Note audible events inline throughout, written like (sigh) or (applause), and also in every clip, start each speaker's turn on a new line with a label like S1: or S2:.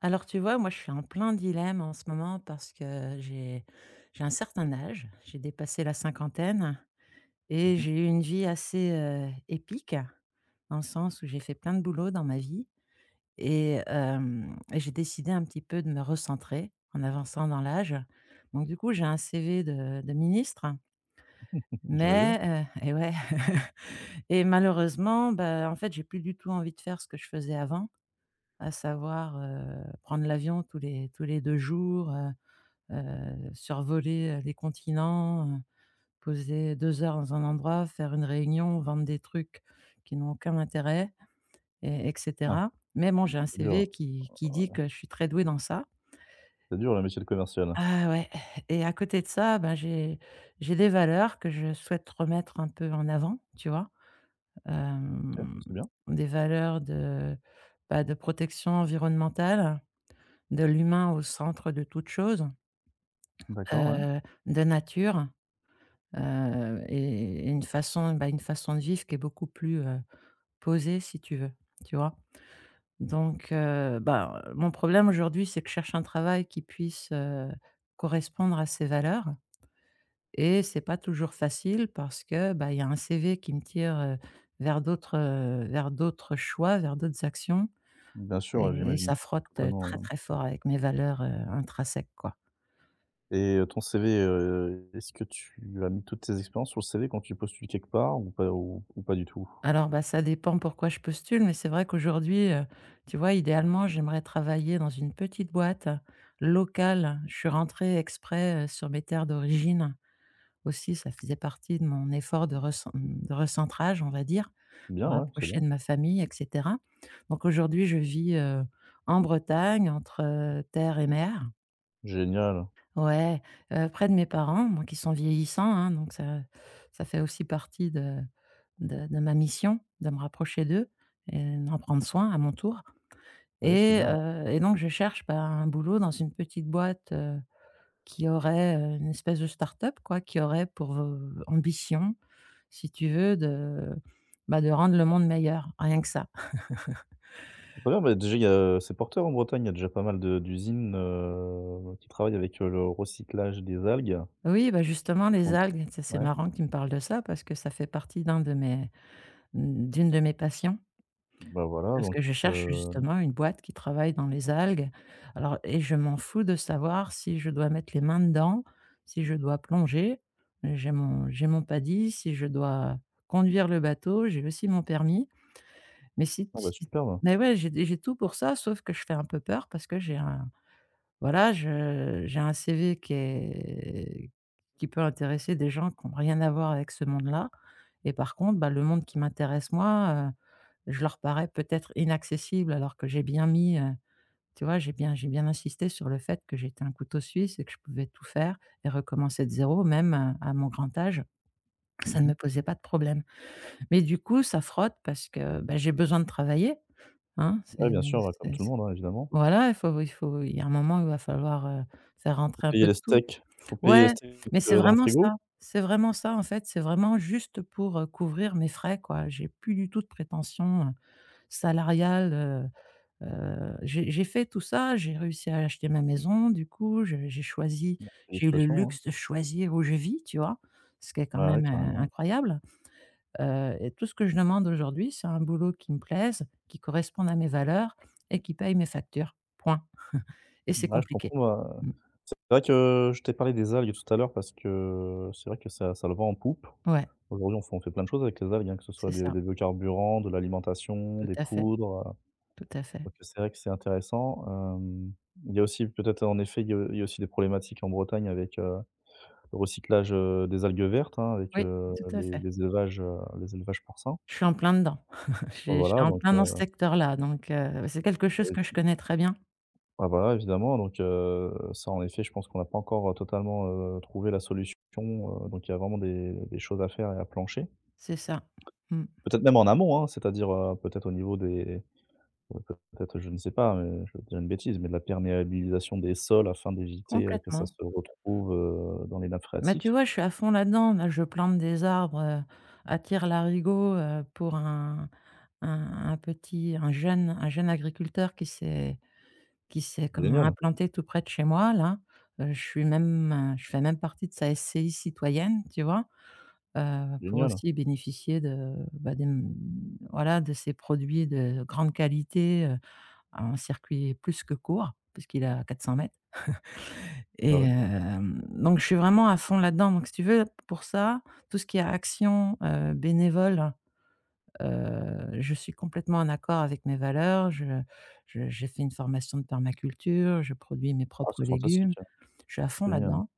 S1: Alors tu vois, moi je suis en plein dilemme en ce moment parce que j'ai un certain âge, j'ai dépassé la cinquantaine
S2: Mmh
S1: et
S2: mh.
S1: j'ai eu une vie assez épique, dans le sens où j'ai fait plein de boulot dans ma vie et j'ai décidé un petit peu de me recentrer en avançant dans l'âge. Donc du coup, j'ai un CV de ministre,
S2: J'imagine.
S1: mais et ouais (laughs) et malheureusement, bah, en fait, j'ai plus du tout envie de faire ce que je faisais avant, à savoir prendre l'avion tous les 2 jours, survoler les continents, poser 2 heures dans un endroit, faire une réunion, vendre des trucs qui n'ont aucun intérêt. et et
S2: Ah,
S1: Mais bon, j'ai un
S2: c'est dur,
S1: CV qui
S2: ouais,
S1: dit que je suis très douée dans ça.
S2: c'est dur le métier de commercial. OK,
S1: Ah ouais, et à côté de ça, ben, j'ai des valeurs que je souhaite remettre un peu en avant, tu vois?
S2: bah,
S1: Hem,
S2: c'est bien.
S1: des valeurs de, bah, de protection environnementale, de l'humain au centre de toute chose,
S2: D'accord, ouais.
S1: heu, de nature, et une façon, bah, une façon de vivre qui est beaucoup plus posée, si tu veux, tu vois? Donc bah, mon problème aujourd'hui, c'est que je cherche un travail qui puisse correspondre à ces valeurs, et c'est pas toujours facile parce que, bah, il y a un CV qui me tire vers d'autres vers d'autres choix, vers d'autres actions.
S2: Bien sûr, ouais,
S1: Et
S2: j'imagine
S1: ça frotte
S2: totalement,
S1: très,
S2: ouais
S1: très fort avec mes valeurs intrinsèques, quoi.
S2: et ton CV, est-ce que tu as mis toutes tes expériences sur le CV quand tu postules quelque part ou pas ou pas du tout?
S1: Alors, bah, ça dépend pourquoi je postule, mais c'est vrai qu'aujourd'hui, tu vois, idéalement, j'aimerais travailler dans une petite boîte locale. Je suis rentrée exprès sur mes terres d'origine aussi, ça faisait partie de mon effort de recentrage, on va dire,
S2: Bien,
S1: me
S2: ouais, c'est
S1: rapprocher
S2: bien.
S1: de ma famille et cetera. Donc aujourd'hui, je vis en Bretagne, entre terre et mer.
S2: Génial.
S1: Ouais, près de mes parents, moi qui sont vieillissants, hein, donc ça fait aussi partie de ma mission, de me rapprocher d'eux et d'en prendre soin à mon tour.
S2: Ouais, c'est
S1: et
S2: bien, ouais.
S1: heu et donc je cherche, bah, un boulot dans une petite boîte qui aurait une espèce de start-up, quoi, qui aurait pour ambition, si tu veux, de, bah, de rendre le monde meilleur, rien que ça.
S2: C'est pas mal, bah, déjà il y a c'est porteur en Bretagne, il y a déjà pas mal de d'usines, qui travaillent avec, le recyclage des algues.
S1: Oui, bah, justement
S2: Ils
S1: les
S2: font,
S1: algues, tu c'est
S2: ouais,
S1: marrant que tu me parles de ça parce que ça fait partie d'une de mes passions.
S2: bah, voilà
S1: Parce
S2: donc.
S1: que je cherche
S2: heu,
S1: justement une boîte qui travaille dans les algues. Alors, et je m'en fous de savoir si je dois mettre les mains dedans, si je dois plonger. J'ai mon paddy, si je dois conduire le bateau, j'ai aussi mon permis. Mais si
S2: ah, bah,
S1: si
S2: superbe.
S1: mais ouais, j'ai tout pour ça, sauf que je fais un peu peur parce que j'ai un CV qui peut intéresser des gens qui n'ont rien à voir avec ce monde-là. Et par contre, bah, le monde qui m'intéresse, moi je leur parais peut-être inaccessible, alors que j'ai bien mis tu vois, j'ai bien insisté sur le fait que j'étais un couteau suisse et que je pouvais tout faire et recommencer de zéro, même à mon grand âge, ça
S2: Mmh
S1: ne me
S2: mh.
S1: posait pas de problème. Mais du coup, ça frotte parce que, bah, j'ai besoin de travailler, hein.
S2: Ouais, bien sûr, ouais, comme
S1: c'est
S2: tout le monde, hein, évidemment.
S1: voilà, il faut il faut il y a un moment où il va falloir faire rentrer un
S2: Payer
S1: peu
S2: les
S1: de sous.
S2: steaks, faut payer les
S1: Ouais,
S2: steaks,
S1: mais
S2: dans le frigo?
S1: c'est vraiment ça, en fait, c'est vraiment juste pour couvrir mes frais, quoi. J'ai plus du tout de prétention salariale. J'ai fait tout ça, j'ai réussi à acheter ma maison, du coup, je j'ai choisi j'ai eu le
S2: Félicitations, hein.
S1: luxe de choisir où je vis, tu vois? Ce qui est quand
S2: Bah, ouais,
S1: même
S2: carrément.
S1: incroyable. Et tout ce que je demande aujourd'hui, c'est un boulot qui me plaise, qui corresponde à mes valeurs et qui paye mes factures. Point. Et c'est
S2: Ouais, je
S1: compliqué.
S2: comprends, bah,
S1: Mmh.
S2: c'est vrai que je t'ai parlé des algues tout à l'heure parce que c'est vrai que ça le vend en poupe.
S1: Ouais,
S2: Aujourd'hui, on fait plein de choses avec les algues, hein, que ce soit
S1: c'est
S2: des
S1: ça.
S2: des biocarburants, de l'alimentation,
S1: Tout
S2: des
S1: à fait,
S2: poudres,
S1: tout à fait.
S2: donc c'est vrai que c'est intéressant. Il y a aussi peut-être en effet, il y a aussi des problématiques en Bretagne avec, le recyclage, des algues vertes, hein, avec,
S1: Oui, tout à
S2: les
S1: fait.
S2: les élevages, les élevages porcins.
S1: Je suis en plein dedans. (laughs) J'ai Je suis
S2: Voilà,
S1: en
S2: donc
S1: plein dans ce secteur-là, donc c'est quelque chose que je
S2: heu
S1: connais très bien.
S2: Ah voilà, évidemment, donc, ça, en effet, je pense qu'on n'a pas encore, totalement, trouvé la solution, donc il y a vraiment des choses à faire et à plancher.
S1: C'est ça. Mmh.
S2: Peut-être même en amont, hein, c'est-à-dire, peut-être au niveau des, ouais, peut-être, je ne sais pas, je vais dire une bêtise, mais de la perméabilisation des sols afin d'éviter, que ça
S1: Complètement.
S2: se retrouve, dans les nappes
S1: Mais tu
S2: phréatiques.
S1: vois, je suis à fond là-dedans. Là, je plante des arbres à tire-larigot pour un jeune un jeune agriculteur qui s'est, comment,
S2: Génial,
S1: implanté tout près de chez moi, là. Je suis même je fais même partie de sa SCI citoyenne, tu vois? Pour
S2: génial.
S1: aussi bénéficier de, bah, de ces produits de grande qualité un circuit plus que court, puisqu'il a à 400 mètres,
S2: Ah ouais?
S1: donc je suis vraiment à fond là-dedans. Donc si tu veux, pour ça, tout ce qui est action bénévole je suis complètement en accord avec mes valeurs. Je j'ai fait une formation de permaculture, je produis mes
S2: Ah,
S1: propres
S2: c'est fantastique,
S1: légumes.
S2: hein.
S1: Je suis à fond
S2: Génial.
S1: là-dedans.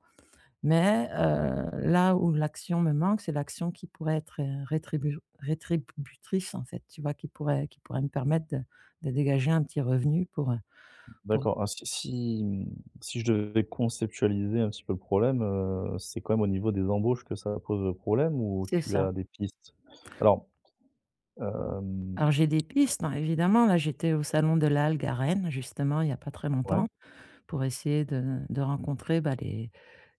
S1: Mais là où l'action me manque, c'est l'action qui pourrait être rétributrice, en fait, tu vois? Qui pourrait me permettre de dégager un petit revenu pour pour
S2: D'accord, ah si si, mmh, si je devais conceptualiser un petit peu le problème, c'est quand même au niveau des embauches que ça pose le problème ou
S1: c'est
S2: tu
S1: ça.
S2: as des pistes? Alors, hem,
S1: Alors j'ai des pistes, hein, évidemment. Là, j'étais au salon de l'algue à Rennes, justement, il y a pas très longtemps,
S2: ouais,
S1: pour essayer de rencontrer, bah, les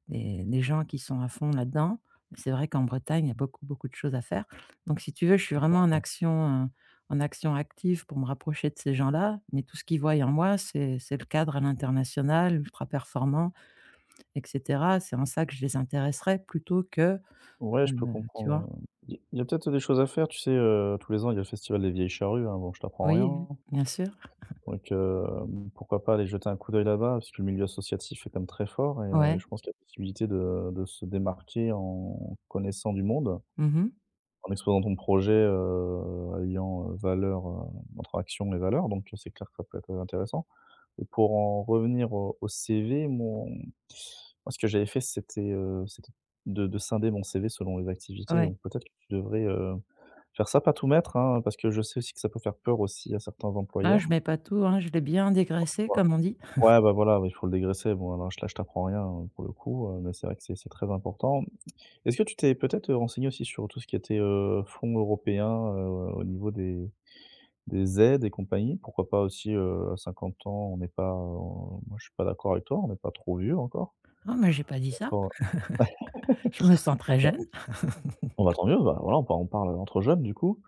S1: des gens qui sont à fond là-dedans. C'est vrai qu'en Bretagne, il y a beaucoup, beaucoup de choses à faire. Donc si tu veux, je suis vraiment en
S2: pardon.
S1: action en action active pour me rapprocher de ces gens-là, mais tout ce qu'ils voient en moi, c'est le cadre à l'international, ultra performant, et cetera. C'est en ça que je les intéresserais, plutôt que
S2: Ouais, je
S1: heu,
S2: peux
S1: tu vois?
S2: comprendre, il y a peut-être des choses à faire, tu sais, tous les ans, il y a le festival des Vieilles Charrues, hein, bon, je t'apprends
S1: Oui, oui,
S2: rien,
S1: bien sûr.
S2: donc, pourquoi pas aller jeter un coup d'œil là-bas, parce que le milieu associatif est quand même très fort et
S1: Ouais.
S2: je pense qu'il y a possibilité de se démarquer en connaissant du monde.
S1: Mmh.
S2: En exposant ton projet, alliant, valeur, entre action et valeur, donc c'est clair que ça peut être, intéressant. Et pour en revenir au CV, mon moi ce que j'avais fait c'était, c'était de scinder mon CV selon les activités,
S1: Ouais.
S2: donc peut-être que tu devrais, faire ça, pas tout mettre, hein, parce que je sais aussi que ça peut faire peur aussi à certains
S1: Ah, je
S2: employeurs.
S1: mets pas tout, hein, je l'ai bien dégraissé
S2: Ouais,
S1: comme on dit.
S2: ouais, bah, voilà, il faut le dégraisser. Bon, alors là, je t'apprends rien, pour le coup, mais c'est vrai que c'est très important. Est-ce que tu t'es peut-être renseigné aussi sur tout ce qui était, fonds européens, au niveau des aides et compagnie, pourquoi pas aussi, à 50 ans, on n'est pas, moi je suis pas d'accord avec toi, on n'est pas trop vieux encore.
S1: «Ah, mais j'ai pas dit ça!»
S2: Quand
S1: Je me sens très jeune.
S2: Bon, bah, tant mieux, bah voilà, on parle entre jeunes du coup.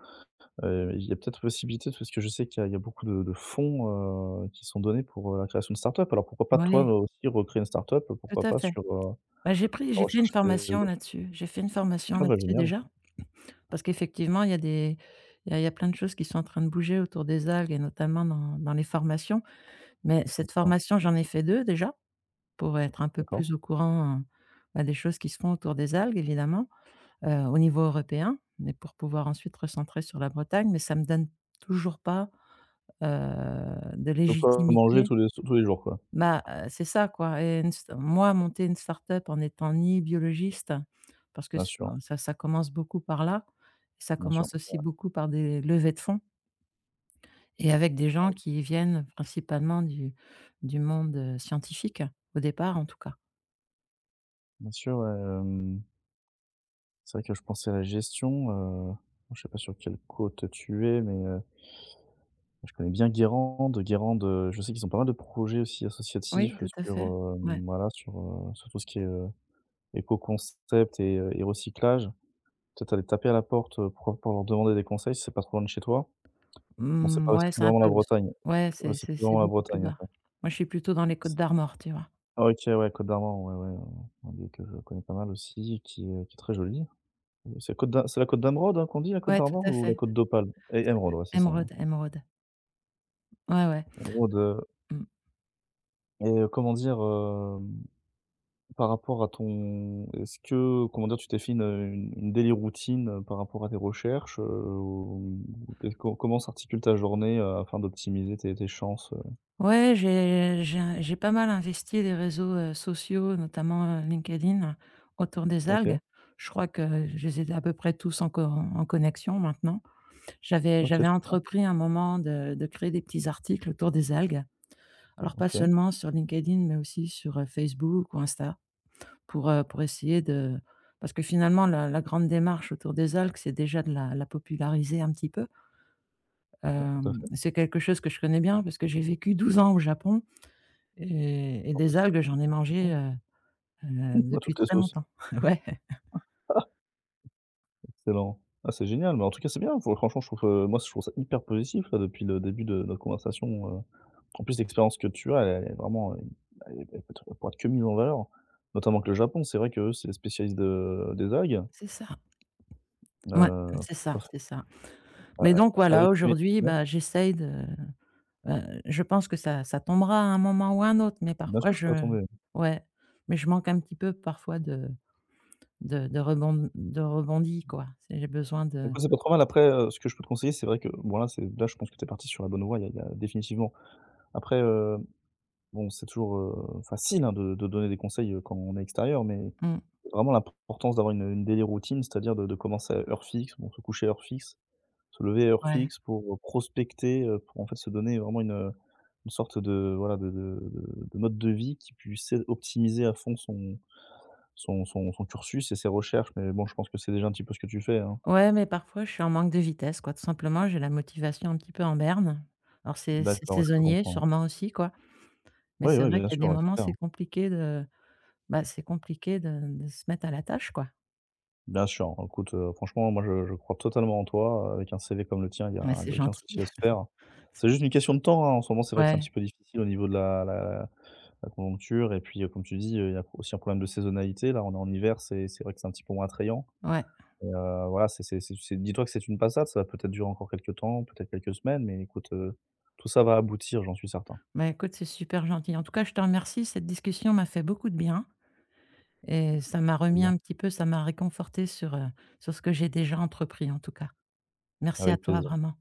S2: Il y a peut-être possibilité parce que je sais qu'il y a beaucoup de fonds, qui sont donnés pour, la création de start-up. Alors pourquoi pas toi,
S1: Ouais,
S2: aussi recréer une start-up,
S1: tout
S2: pourquoi
S1: à
S2: pas
S1: fait.
S2: sur,
S1: Bah,
S2: la
S1: j'ai fait une
S2: recherche et
S1: formation
S2: développement?
S1: là-dessus. J'ai fait une formation
S2: Ah bah
S1: là-dessus
S2: génial.
S1: déjà, parce qu'effectivement, il y a des il y a plein de choses qui sont en train de bouger autour des algues, et notamment dans les formations. Mais
S2: Bien
S1: cette
S2: sûr,
S1: formation, j'en ai fait 2 déjà, pour être un peu
S2: d'accord.
S1: plus au courant bah, des choses qui se font autour des algues, évidemment au niveau européen, mais pour pouvoir ensuite recentrer sur la Bretagne. Mais ça me donne toujours pas heu, de
S2: De quoi manger
S1: légitimité.
S2: tous les jours quoi.
S1: Bah c'est ça, quoi. Et une st moi, monter une start-up en étant ni biologiste, parce que
S2: Bien
S1: c
S2: sûr,
S1: ben, ça commence beaucoup par là. Ça
S2: bien sûr.
S1: commence aussi beaucoup par des levées de fonds, et avec des gens qui viennent principalement du monde scientifique, au départ en tout cas.
S2: Bien sûr, c'est vrai que je pensais à la gestion, bon, je sais pas sur quelle côte tu es, mais je connais bien Guérande. Guérande, je sais qu'ils ont pas mal de projets aussi
S1: Oui,
S2: associatifs
S1: tout à
S2: sur,
S1: fait. Ouais.
S2: voilà, sur, sur tout ce qui est, éco-concept et recyclage. Peut-être aller taper à la porte, pour leur demander des conseils si c'est pas trop loin de chez toi? Bon, c'est pas,
S1: Mmh, ouais,
S2: c'est plus
S1: c'est un
S2: vraiment la
S1: peu...
S2: Bretagne.
S1: Ouais,
S2: Ouais,
S1: c'est
S2: c'est
S1: c'est
S2: plus
S1: c'est
S2: vraiment la
S1: beaucoup plus
S2: Bretagne
S1: bas.
S2: après.
S1: Moi, je suis plutôt dans les
S2: C'est
S1: Côtes-d'Armor, tu vois?
S2: OK, ouais, Côte d'Armor, ouais, ouais, un lieu que je connais pas mal aussi, qui est très joli. C'est Côte d'A, c'est la Côte d'Emeraude, hein, qu'on dit, la Côte
S1: Ouais, tout
S2: d'Armor
S1: à
S2: ou la
S1: fait.
S2: Côte d'Opale? Et Emeraude, ouais, c'est ça, ouais.
S1: Émeraude, Émeraude. Ouais, ouais.
S2: Emeraude,
S1: Mmh.
S2: et, comment dire, par rapport à ton, est-ce que, comment dire, tu t'es fait une daily routine, par rapport à tes recherches, ou t'es co comment s'articule ta journée, afin d'optimiser tes chances?
S1: Ouais, j'ai pas mal investi les réseaux sociaux, notamment LinkedIn, autour des algues.
S2: OK,
S1: Je crois que je les ai à peu près tous en connexion maintenant. J'avais
S2: OK,
S1: j'avais
S2: super,
S1: entrepris, un moment, de créer des petits articles autour des algues. Alors pas
S2: OK,
S1: seulement sur LinkedIn, mais aussi sur Facebook ou Insta, pour essayer de parce que finalement la grande démarche autour des algues, c'est déjà de la populariser un petit peu.
S2: tout à fait,
S1: C'est quelque chose que je connais bien parce que j'ai vécu 12 ans au Japon, et des
S2: fantastique,
S1: algues, j'en ai mangé
S2: effectivement. (laughs) À
S1: depuis
S2: toutes les
S1: très
S2: sauces.
S1: longtemps. (laughs) Ouais.
S2: Ah, excellent. Ah, c'est génial, mais en tout cas, c'est bien, faut franchement, je trouve, moi, je trouve ça hyper positif, là, depuis le début de notre conversation, en plus, l'expérience que tu as, elle est vraiment, elle pourra être que mise en valeur, notamment que le Japon, c'est vrai qu'eux, c'est les spécialistes de des algues,
S1: C'est ça. Ouais,
S2: heu,
S1: c'est ça,
S2: parf
S1: c'est ça.
S2: a
S1: Mais
S2: a
S1: donc voilà,
S2: avec les mé
S1: aujourd'hui,
S2: ouais,
S1: bah, j'essaye de je pense que ça tombera à un moment ou à un autre, mais
S2: bien
S1: parfois
S2: sûr que ça va
S1: je
S2: tomber.
S1: ouais, mais je manque un petit peu parfois de rebondi, quoi. C'est J'ai besoin de...
S2: Écoute, c'est pas trop mal. Après, ce que je peux te conseiller, c'est vrai que bon, là, c'est là, je pense que tu es parti sur la bonne voie, il y a définitivement. Après, bon, c'est toujours, facile, hein, de donner des conseils, quand on est extérieur, mais
S1: Mmh,
S2: vraiment l'importance d'avoir une daily routine, c'est-à-dire de commencer à heure fixe, bon, se coucher à heure fixe. Se lever à heure
S1: ouais.
S2: fixe pour, prospecter, pour en fait se donner vraiment une sorte de voilà de mode de vie qui puisse é optimiser à fond son cursus et ses recherches. Mais bon, je pense que c'est déjà un petit peu ce que tu fais, hein?
S1: Ouais, mais parfois, je suis en manque de vitesse, quoi. Tout simplement, j'ai la motivation un petit peu en berne. Alors c'est
S2: D'accord, ouais, je peux
S1: saisonnier,
S2: comprendre.
S1: sûrement aussi, quoi. Mais
S2: Oui,
S1: c'est
S2: oui,
S1: vrai
S2: bien
S1: qu'il y a
S2: sûr,
S1: des
S2: ouais, c'est
S1: moments,
S2: clair.
S1: c'est compliqué de bah, c'est compliqué de se mettre à la tâche, quoi.
S2: Bien sûr, écoute, franchement, moi je crois totalement en toi, avec un CV comme le tien, il y a
S1: Ouais,
S2: il
S1: c'est
S2: y a aucun
S1: gentil.
S2: souci à se faire. C'est juste une
S1: (laughs)
S2: question de temps, hein, en ce moment, c'est vrai que c'est un
S1: Ouais,
S2: petit peu difficile au niveau de la conjoncture et puis, comme tu dis, il y a aussi un problème de saisonnalité. Là, on est en hiver, c'est vrai que c'est un petit peu moins attrayant
S1: ouais.
S2: et voilà, c'est dis-toi que c'est une passade, ça va peut-être durer encore quelques temps, peut-être quelques semaines, mais écoute, tout ça va aboutir, j'en suis certain.
S1: Bah, écoute, c'est super gentil. En tout cas, je te remercie. Cette discussion m'a fait beaucoup de bien, et ça m'a
S2: Très
S1: remis
S2: bien.
S1: un petit peu, ça m'a réconforté sur ce que j'ai déjà entrepris, en tout cas. Merci à
S2: Avec
S1: toi,
S2: plaisir.
S1: vraiment.